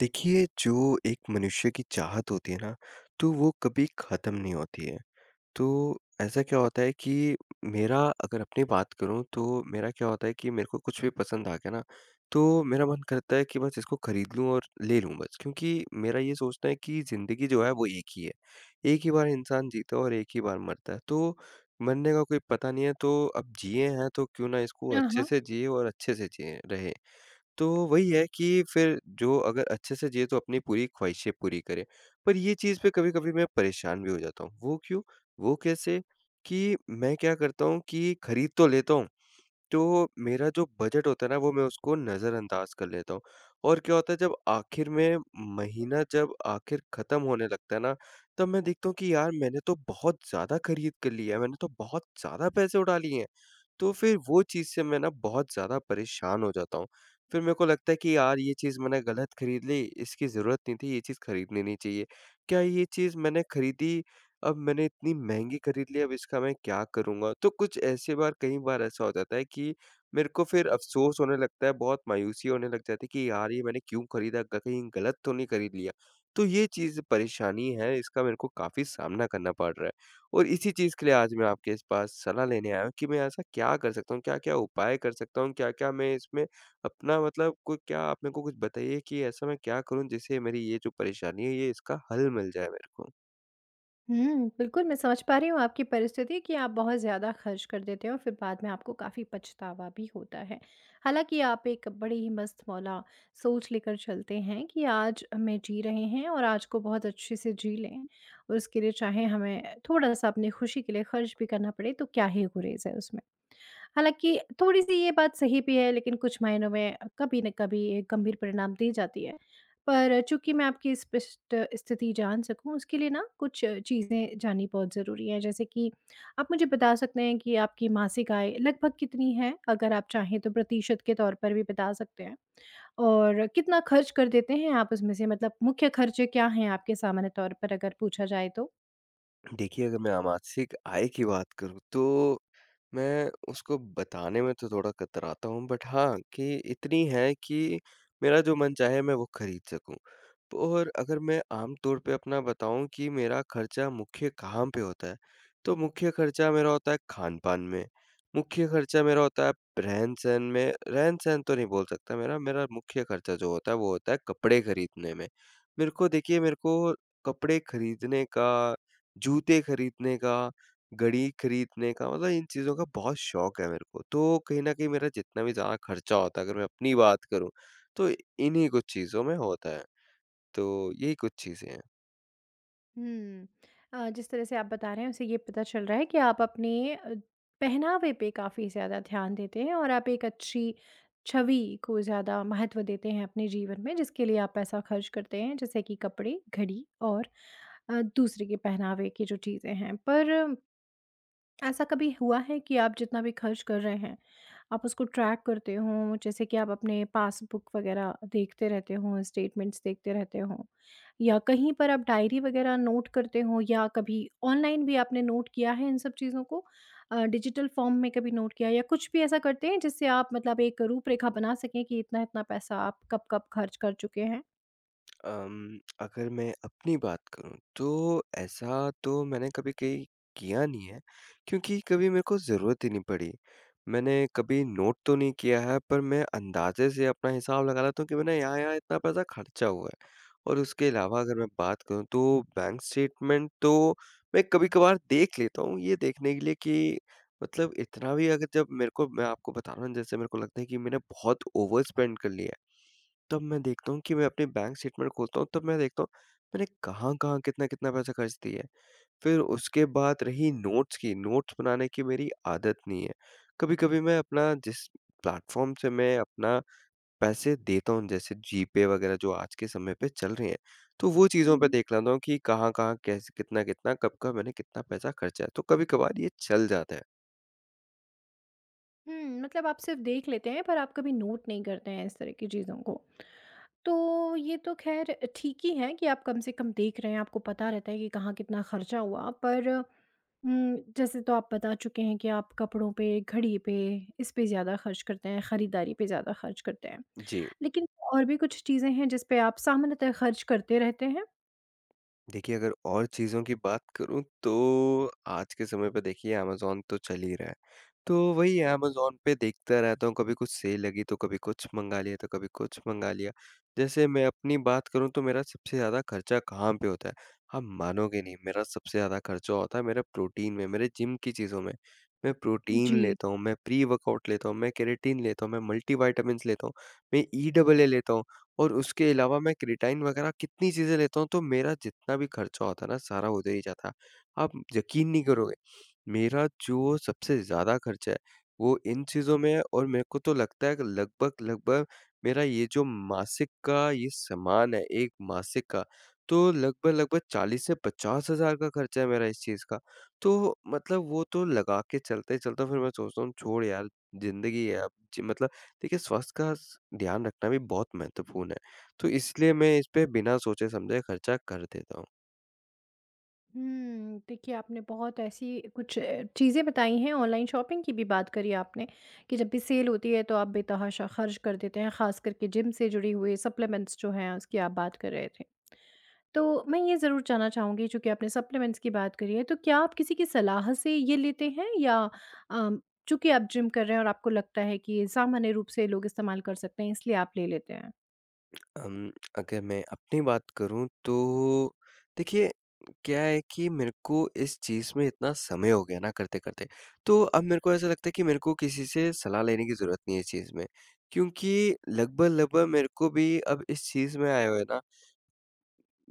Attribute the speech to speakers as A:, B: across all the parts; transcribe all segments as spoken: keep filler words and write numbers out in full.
A: देखिए, जो एक मनुष्य की चाहत होती है ना, तो वो कभी ख़त्म नहीं होती है। तो ऐसा क्या होता है कि मेरा अगर अपनी बात करूँ तो मेरा क्या होता है कि मेरे को कुछ भी पसंद आ गया ना, तो मेरा मन करता है कि बस इसको खरीद लूँ और ले लूँ बस। क्योंकि मेरा ये सोचना है कि ज़िंदगी जो है वो एक ही है। एक ही बार इंसान जीता है और एक ही बार मरता है। तो मरने का कोई पता नहीं है, तो अब जिए हैं तो क्यों ना इसको
B: हाँ,
A: अच्छे
B: हाँ।
A: से जिए और अच्छे से जिए रहें। तो वही है कि फिर जो अगर अच्छे से जिए तो अपनी पूरी ख्वाहिशें पूरी करे। पर ये चीज़ पे कभी-कभी मैं परेशान भी हो जाता हूँ। वो क्यों? वो कैसे? कि मैं क्या करता हूँ कि खरीद तो लेता हूँ, तो मेरा जो बजट होता है ना वो मैं उसको नज़रअंदाज़ कर लेता हूँ। और क्या होता है जब आखिर में महीना जब आखिर ख़त्म होने लगता है ना, तब मैं देखता हूँ कि यार मैंने तो बहुत ज़्यादा खरीद कर लिया है, मैंने तो बहुत ज़्यादा पैसे उड़ा लिए हैं। तो फिर वो चीज़ से मैं ना बहुत ज़्यादा परेशान हो जाता हूँ। फिर मेरे को लगता है कि यार ये चीज़ मैंने गलत खरीद ली, इसकी ज़रूरत नहीं थी, ये चीज़ खरीदनी नहीं चाहिए। क्या ये चीज़ मैंने खरीदी, अब मैंने इतनी महँगी खरीद ली, अब इसका मैं क्या करूँगा? तो कुछ ऐसे बार कई बार ऐसा हो जाता है कि मेरे को फिर अफ़सोस होने लगता है, बहुत मायूसी होने लग जाती है कि यार ये मैंने क्यों खरीदा, ग कहीं गलत तो नहीं खरीद लिया? तो ये चीज़ परेशानी है, इसका मेरे को काफ़ी सामना करना पड़ रहा है। और इसी चीज़ के लिए आज मैं आपके इस पास सलाह लेने आया हूँ कि मैं ऐसा क्या कर सकता हूँ? क्या-क्या उपाय कर सकता हूँ? क्या-क्या मैं इसमें अपना मतलब कोई क्या आप मेरे को कुछ बताइए कि ऐसा मैं क्या करूँ जिससे मेरी ये जो परेशानी है ये इसका हल मिल जाए मेरे को?
B: हुँ, बिल्कुल मैं समझ पा रही हूँ आपकी परिस्थिति कि आप बहुत ज़्यादा खर्च कर देते हो, फिर बाद में आपको काफ़ी पछतावा भी होता है। हालाँकि आप एक बड़े ही मस्त-मौला सोच लेकर चलते हैं कि आज हमें जी रहे हैं और आज को बहुत अच्छे से जी लें। और उसके लिए चाहे हमें थोड़ा-सा अपनी खुशी के लिए खर्च भी करना पड़े, तो क्या ही गुरेज़ है उसमें। हालाँकि थोड़ी-सी ये बात सही भी है, लेकिन कुछ मायनों में कभी न कभी एक गंभीर परिणाम दे जाती है। पर चूँकि मैं आपकी स्पष्ट स्थिति जान सकूँ, उसके लिए ना कुछ चीज़ें जाननी बहुत ज़रूरी है। जैसे कि आप मुझे बता सकते हैं कि आपकी मासिक आय लगभग कितनी है? अगर आप चाहें तो प्रतिशत के तौर पर भी बता सकते हैं। और कितना खर्च कर देते हैं आप उसमें से, मतलब मुख्य खर्चे क्या हैं आपके सामान्य तौर पर अगर पूछा जाए तो?
A: देखिए अगर मैं मासिक आय की बात करूँ तो मैं उसको बताने में तो थोड़ा कतराता हूँ बट हाँ, कि इतनी है कि मेरा जो मन चाहे मैं वो खरीद सकूँ। और अगर मैं आम तौर पे अपना बताऊँ कि मेरा खर्चा मुख्य कहाँ पे होता है, तो मुख्य खर्चा मेरा होता है खान-पान में, मुख्य खर्चा मेरा होता है रहन-सहन में, रहन-सहन तो नहीं बोल सकता मेरा, मेरा मुख्य खर्चा जो होता है वो होता है कपड़े खरीदने में। मेरे को देखिए मेरे को कपड़े खरीदने का, जूते खरीदने का घड़ी खरीदने का मतलब इन चीज़ों का बहुत शौक है मेरे को। तो कहीं न कहीं मेरा जितना भी ज़्यादा खर्चा होता है अगर मैं अपनी बात करूँ, तो इन्हीं कुछ चीज़ों में होता है। तो यही कुछ चीज़ें हैं।
B: हुँ। अ, जिस तरह से आप बता रहे हैं, उससे ये पता चल रहा है कि आप अपने अ, पहनावे पे काफ़ी ज़्यादा ध्यान देते हैं और आप एक अच्छी छवि को ज़्यादा महत्व देते हैं अपने जीवन में, जिसके लिए आप पैसा खर्च करते हैं, जैसे कि कपड़े, घड़ी और अ, दूसरे के पहनावे की जो चीज़ें हैं। पर ऐसा कभी हुआ है कि आप जितना भी खर्च कर रहे हैं, आप उसको ट्रैक करते हो? जैसे कि आप अपने पासबुक वगैरह देखते रहते हो, स्टेटमेंट्स देखते रहते हो? या कहीं पर आप डायरी वगैरह नोट करते हो? या कभी ऑनलाइन भी आपने नोट किया है इन सब चीज़ों को, अ, डिजिटल फॉर्म में कभी नोट किया, या कुछ भी ऐसा करते हैं जिससे आप, मतलब, एक रूपरेखा बना सकें कि इतना-इतना पैसा आप कब-कब खर्च कर चुके हैं?
A: अम, अगर मैं अपनी बात करूँ तो ऐसा तो मैंने कभी कहीं किया नहीं है क्योंकि कभी मेरे को ज़रूरत ही नहीं पड़ी। मैंने कभी नोट तो नहीं किया है पर मैं अंदाज़े से अपना हिसाब लगा लेता हूँ कि मैंने यहाँ-यहाँ इतना पैसा खर्चा हुआ है। और उसके अलावा अगर मैं बात करूँ तो बैंक स्टेटमेंट तो मैं कभी-कभार देख लेता हूँ ये देखने के लिए कि मतलब इतना भी अगर जब मेरे को मैं आपको बता रहा हूँ जैसे मेरे को लगता है कि मैंने बहुत ओवर स्पेंड कर लिया है। तब मैं देखता हूँ कि मैं अपनी बैंक स्टेटमेंट खोलता हूँ, तब मैं देखता हूँ, मैंने कहाँ-कहाँ, कितना-कितना पैसा खर्च दिया है। फिर उसके बाद रही नोट्स की, नोट्स बनाने की मेरी आदत नहीं है। कभी-कभी मैं अपना जिस प्लेटफ़ॉर्म से मैं अपना पैसे देता हूँ, जैसे जीपे वगैरह जो आज के समय पे चल रहे हैं, तो वो
B: हुँ,
A: चीज़ों पे
B: हुँ।
A: देख लेता हूँ कि कहाँ-कहाँ, कैसे कितना-कितना, कब-कब मैंने कितना पैसा खर्चा है, तो कभी-कभार ये चल जाता है।
B: हुँ, मतलब आप सिर्फ़ देख लेते हैं, पर आप कभी नोट नहीं करते हैं इस तरह की चीज़ों को। तो ये तो ख़ैर ठीक ही है कि आप कम से कम देख रहे हैं, आपको पता रहता है कि कहाँ कितना ख़र्चा हुआ, पर उम, जैसे तो आप बता चुके हैं कि आप कपड़ों पे, घड़ी पे, इस पे ज़्यादा ख़र्च करते हैं, ख़रीदारी पे ज़्यादा ख़र्च करते हैं।
A: जी।
B: लेकिन और भी कुछ चीज़ें हैं जिस पे आप सामान्यतः ख़र्च करते रहते हैं?
A: देखिए, अगर और चीज़ों की बात करूँ तो आज के समय पे देखिए अमेज़न तो चल ही रहा है। तो वही अमेज़न पे देखता रहता हूँ, कभी कुछ सेल लगी तो कभी कुछ मँगा लिया, तो कभी कुछ मँगा लिया। जैसे मैं अपनी बात करूँ तो मेरा सबसे ज़्यादा खर्चा कहाँ पे होता है? आप मानोगे नहीं, मेरा सबसे ज़्यादा खर्चा होता है मेरा प्रोटीन में, मेरे जिम की चीज़ों में। मैं प्रोटीन
B: जी।
A: लेता हूँ, मैं प्री-वर्कआउट लेता हूँ, मैं केराटिन लेता हूँ, मैं मल्टीविटामिन्स लेता हूँ, मैं ई डबल ए लेता हूँ। और उसके अलावा मैं क्रिएटाइन वगैरह कितनी चीज़ें लेता हूँ, तो मेरा जितना भी खर्चा होता है ना, सारा उधर ही जाता है। आप यकीन नहीं करोगे, मेरा जो सबसे ज़्यादा खर्चा है, वो इन चीज़ों में है और मेरे को तो लगता है कि लगभग-लगभग मेरा ये जो मासिक का ये सामान है, एक मासिक का, तो लगभग-लगभग चालीस से पचास हज़ार का खर्चा है मेरा इस चीज़ का। तो मतलब वो तो लगा के चलते-चलते फिर मैं सोचता हूँ, छोड़ यार, ज़िंदगी है अब जी मतलब देखिए स्वास्थ्य का स ध्यान रखना भी बहुत महत्वपूर्ण है, तो इसलिए मैं इस पे बिना सोचे-समझे खर्चा कर देता हूँ।
B: हुँ, देखिए आपने बहुत ऐसी कुछ अ, चीज़ें बताई हैं, ऑनलाइन शॉपिंग की भी बात करी आपने कि जब भी सेल होती है तो आप बेतहाशा खर्च कर देते हैं, ख़ास करके जिम से जुड़ी हुई सप्लीमेंट्स जो हैं उसकी आप बात कर रहे थे। तो मैं ये ज़रूर जानना चाहूँगी, चूँकि आपने सप्लीमेंट्स की बात करी है, तो क्या आप किसी की सलाह से ये लेते हैं, या अम, चूँकि आप जिम कर रहे हैं और आपको लगता है कि ये सामान्य रूप से लोग इस्तेमाल कर सकते हैं, इसलिए आप ले लेते हैं?
A: अम, अगर मैं अपनी बात करूँ तो देखिए क्या है कि मेरे को इस चीज़ में इतना समय हो गया ना करते-करते, तो अब मेरे को ऐसा लगता है कि मेरे को किसी से सलाह लेने की ज़रूरत नहीं है इस चीज़ में। क्योंकि लगभग-लगभग मेरे को भी अब इस चीज़ में आए हुए ना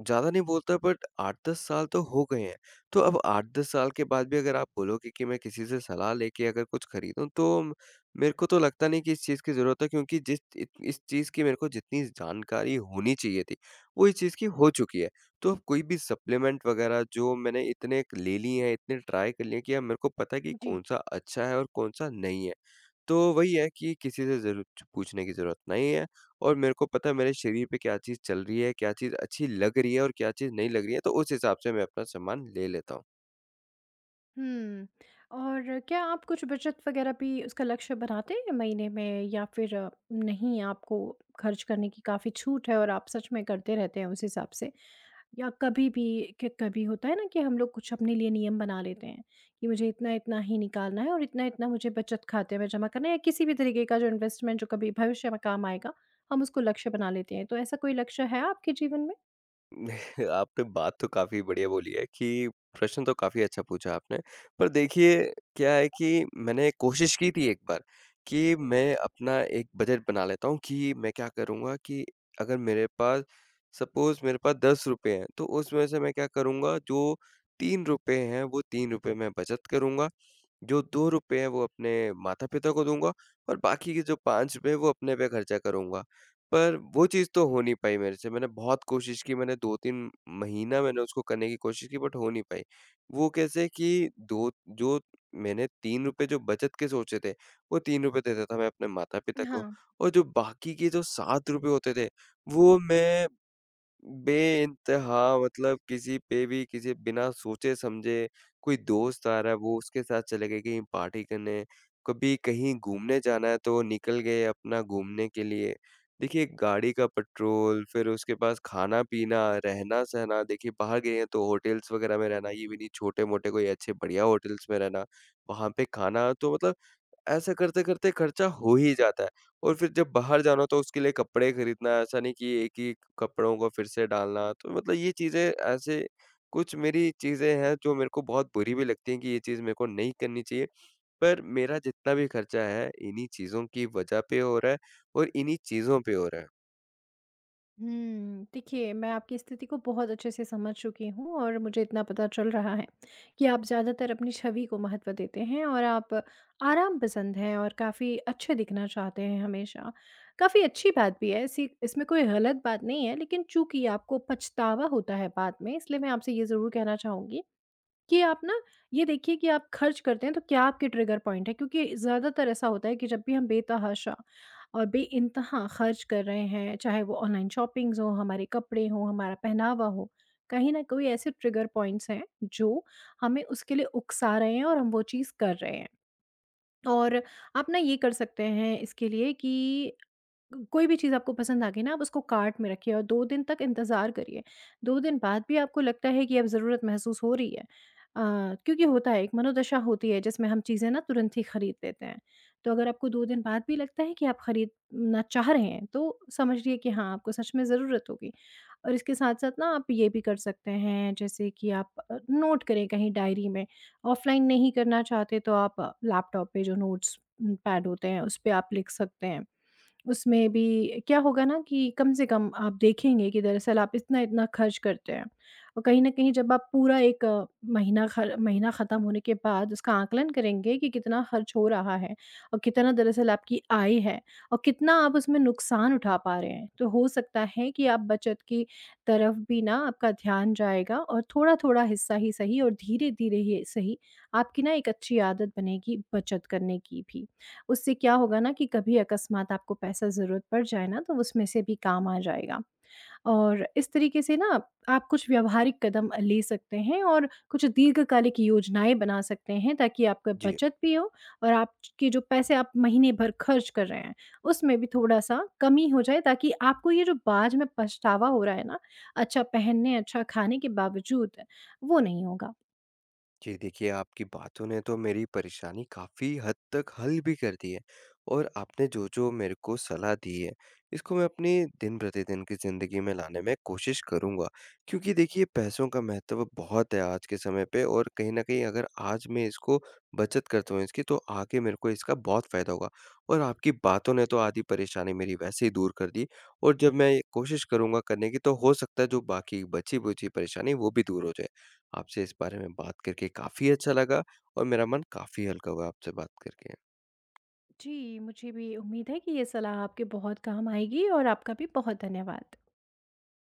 A: ज़्यादा नहीं बोलता बट आठ दस साल तो हो गए हैं। तो अब आठ दस साल के बाद भी अगर आप बोलोगे कि मैं किसी से सलाह लेके अगर कुछ खरीदूँ तो म- मेरे को तो लगता नहीं कि इस चीज़ की ज़रूरत है क्योंकि जिस इ इस चीज़ की मेरे को जितनी जानकारी होनी चाहिए थी, वो इस चीज़ की हो चुकी है। तो अब कोई भी सप्लीमेंट वग़ैरह जो मैंने इतने ले ली हैं, इतने ट्राई कर लिए हैं कि अब मेरे को पता है कि
B: जी।
A: कौन-सा अच्छा है और कौन-सा नहीं है। तो वही है कि किसी से ज़रू पूछने की ज़रूरत नहीं है और मेरे को पता है मेरे शरीर पे क्या चीज़ चल रही है, क्या चीज़ अच्छी लग रही है और क्या चीज़ नहीं लग रही है, तो उस हिसाब से मैं अपना सामान ले लेता हूँ।
B: हुँ। और क्या आप कुछ बचत वग़ैरह भी उसका लक्ष्य बनाते हैं महीने में, या फिर अ, नहीं, आपको खर्च करने की काफ़ी छूट है और आप सच में करते रहते हैं उस हिसाब से? या कभी भी, कि कभी होता है ना कि हम लोग कुछ अपने लिए नियम बना लेते हैं कि मुझे इतना-इतना ही निकालना है और इतना-इतना मुझे बचत खाते में जमा करना है, या किसी भी तरीके का जो इन्वेस्टमेंट जो कभी भविष्य में काम आएगा, हम उसको लक्ष्य बना लेते हैं। तो ऐसा कोई लक्ष्य है आपके जीवन में?
A: आपने बात तो काफ़ी बढ़िया बोली है कि प्रश्न तो काफ़ी अच्छा पूछा आपने। पर देखिए, क्या है कि मैंने कोशिश की थी एक बार कि मैं अपना एक बजट बना लेता हूँ कि मैं क्या करूँगा कि अगर मेरे पास सपोज़ मेरे पास ₹दस हैं, तो उसमें से मैं क्या करूँगा जो ₹तीन हैं, वो ₹तीन मैं बचत करूँगा जो दो रुपए हैं वो अपने माता-पिता को दूँगा और बाकी के जो पांच रुपए हैं वो अपने पे खर्चा करूँगा। पर वो चीज़ तो हो नहीं पाई मेरे से, मैंने बहुत कोशिश की, मैंने दो तीन महीना मैंने उसको करने की कोशिश की बट हो नहीं पाई। वो कैसे कि दो जो मैंने तीन रुपए जो बचत के सोचे थे, वो तीन रुपए देता था मैं अपने माता-पिता को
B: हाँ।
A: और जो बाकी के जो सात रुपए होते थे, वो मैं बेइंतहा मतलब किसी पे भी किसी बिना सोचे-समझे कोई दोस्त आ रहा है वो उसके साथ चले गए कहीं पार्टी करने, कभी कहीं घूमने जाना है तो निकल गए अपना घूमने के लिए। देखिए गाड़ी का पेट्रोल फिर उसके पास खाना-पीना, रहना-सहना देखिए बाहर गए हैं तो होटल्स वगैरह में रहना, ये भी नहीं छोटे-मोटे कोई अच्छे बढ़िया होटल्स में रहना, वहाँ पे खाना तो मतलब ऐसा करते-करते खर्चा हो ही जाता है और फिर जब बाहर जाना हो तो उसके लिए कपड़े खरीदना, ऐसा नहीं कि एक ही कपड़ों को फिर से डालना, तो मतलब ये चीज़ें ऐसे कुछ मेरी चीज़ें हैं जो मेरे को बहुत बुरी भी लगती हैं कि ये चीज़ मेरे को नहीं करनी चाहिए, पर मेरा जितना भी खर्चा है, इन्हीं चीज़ों की वजह पे हो रहा है और इन्हीं चीज़ों पे हो रहा है।
B: हुँ, देखिए, मैं आपकी स्थिति को बहुत अच्छे से समझ चुकी हूँ और मुझे इतना पता चल रहा है कि आप ज़्यादातर अपनी छवि को महत्व देते हैं और आप आराम पसंद हैं और काफ़ी अच्छे दिखना चाहते हैं हमेशा। काफ़ी अच्छी बात भी है, ऐसी इसमें कोई गलत बात नहीं है, लेकिन चूँकि आपको पछतावा होता है बाद में, इसलिए मैं आपसे ये ज़रूर कहना चाहूँगी कि आप ना ये देखिए कि आप खर्च करते हैं, तो क्या आपके ट्रिगर पॉइंट है, क्योंकि ज़्यादातर ऐसा होता है कि जब भी हम बेतहाशा और बेइंतहा खर्च कर रहे हैं, चाहे वो ऑनलाइन शॉपिंग्स हो, हमारे कपड़े हो, हमारा पहनावा हो, कहीं ना कहीं ऐसे ट्रिगर पॉइंट्स हैं जो हमें उसके लिए उकसा रहे हैं और हम वो चीज़ कर रहे हैं। और आप ना ये कर सकते हैं इसके लिए कि कोई भी चीज़ आपको पसंद आ गई ना, आप उसको कार्ट में रखिए और दो दिन तक इंतज़ार करिए। दो दिन बाद भी आपको लगता है कि अब ज़रूरत महसूस हो रही है, अ, क्योंकि होता है, एक मनोदशा होती है जिसमें हम चीज़ें ना तुरंत ही खरीद लेते हैं। तो अगर आपको दो दिन बाद भी लगता है कि आप खरीदना चाह रहे हैं, तो समझिए कि हाँ, आपको सच में ज़रूरत होगी। और इसके साथ-साथ ना आप ये भी कर सकते हैं, जैसे कि आप अ, नोट करें कहीं डायरी में। ऑफ़लाइन नहीं करना चाहते तो आप अ, लैपटॉप पे जो नोट्स उम, पैड होते हैं, उस पे आप लिख सकते हैं। उसमें भी क्या होगा ना कि कम से कम आप देखेंगे कि दरअसल आप इतना-इतना खर्च करते हैं, और कहीं न कहीं जब आप पूरा एक महीना ख महीना ख़त्म होने के बाद उसका आकलन करेंगे कि कितना खर्च हो रहा है और कितना दरअसल आपकी आय है और कितना आप उसमें नुकसान उठा पा रहे हैं। तो हो सकता है कि आप बचत की तरफ भी ना आपका ध्यान जाएगा और थोड़ा-थोड़ा हिस्सा ही सही और धीरे-धीरे ही सही, आपकी ना एक अच्छी आदत बनेगी बचत करने की भी। उससे क्या होगा ना कि कभी अकस्मात आपको पैसा ज़रूरत पड़ जाए ना, तो उसमें से भी काम आ जाएगा। और इस तरीके से ना आप कुछ व्यावहारिक कदम ले सकते हैं और कुछ दीर्घकालिक योजनाएँ बना सकते हैं ताकि आपका
A: जी।
B: बचत भी हो और आपके जो पैसे आप महीने भर खर्च कर रहे हैं, उसमें भी थोड़ा-सा कमी हो जाए ताकि आपको ये जो बाद में पछतावा हो रहा है ना, अच्छा पहनने, अच्छा खाने के बावजूद, वो नहीं होगा।
A: जी, देखिए आपकी बातों ने तो मेरी परेशानी काफ़ी हद तक हल भी कर दी है और आपने जो-जो मेरे को सलाह दी है, इसको मैं अपनी दिन-प्रतिदिन की ज़िंदगी में लाने में कोशिश करूँगा। क्योंकि देखिए पैसों का महत्व बहुत है आज के समय पे और कहीं न कहीं अगर आज मैं इसको बचत करता हूँ इसकी तो आगे मेरे को इसका बहुत फ़ायदा होगा। और आपकी बातों ने तो आधी परेशानी मेरी वैसे ही दूर कर दी और जब मैं ये कोशिश करूँगा करने की तो हो सकता है जो बाकी बची-बुची परेशानी वो भी दूर हो जाए। आपसे इस बारे में बात करके काफ़ी अच्छा लगा और मेरा मन काफ़ी हल्का हुआ आपसे बात करके।
B: जी, मुझे भी उम्मीद है कि ये सलाह आपके बहुत काम आएगी, और आपका भी बहुत धन्यवाद।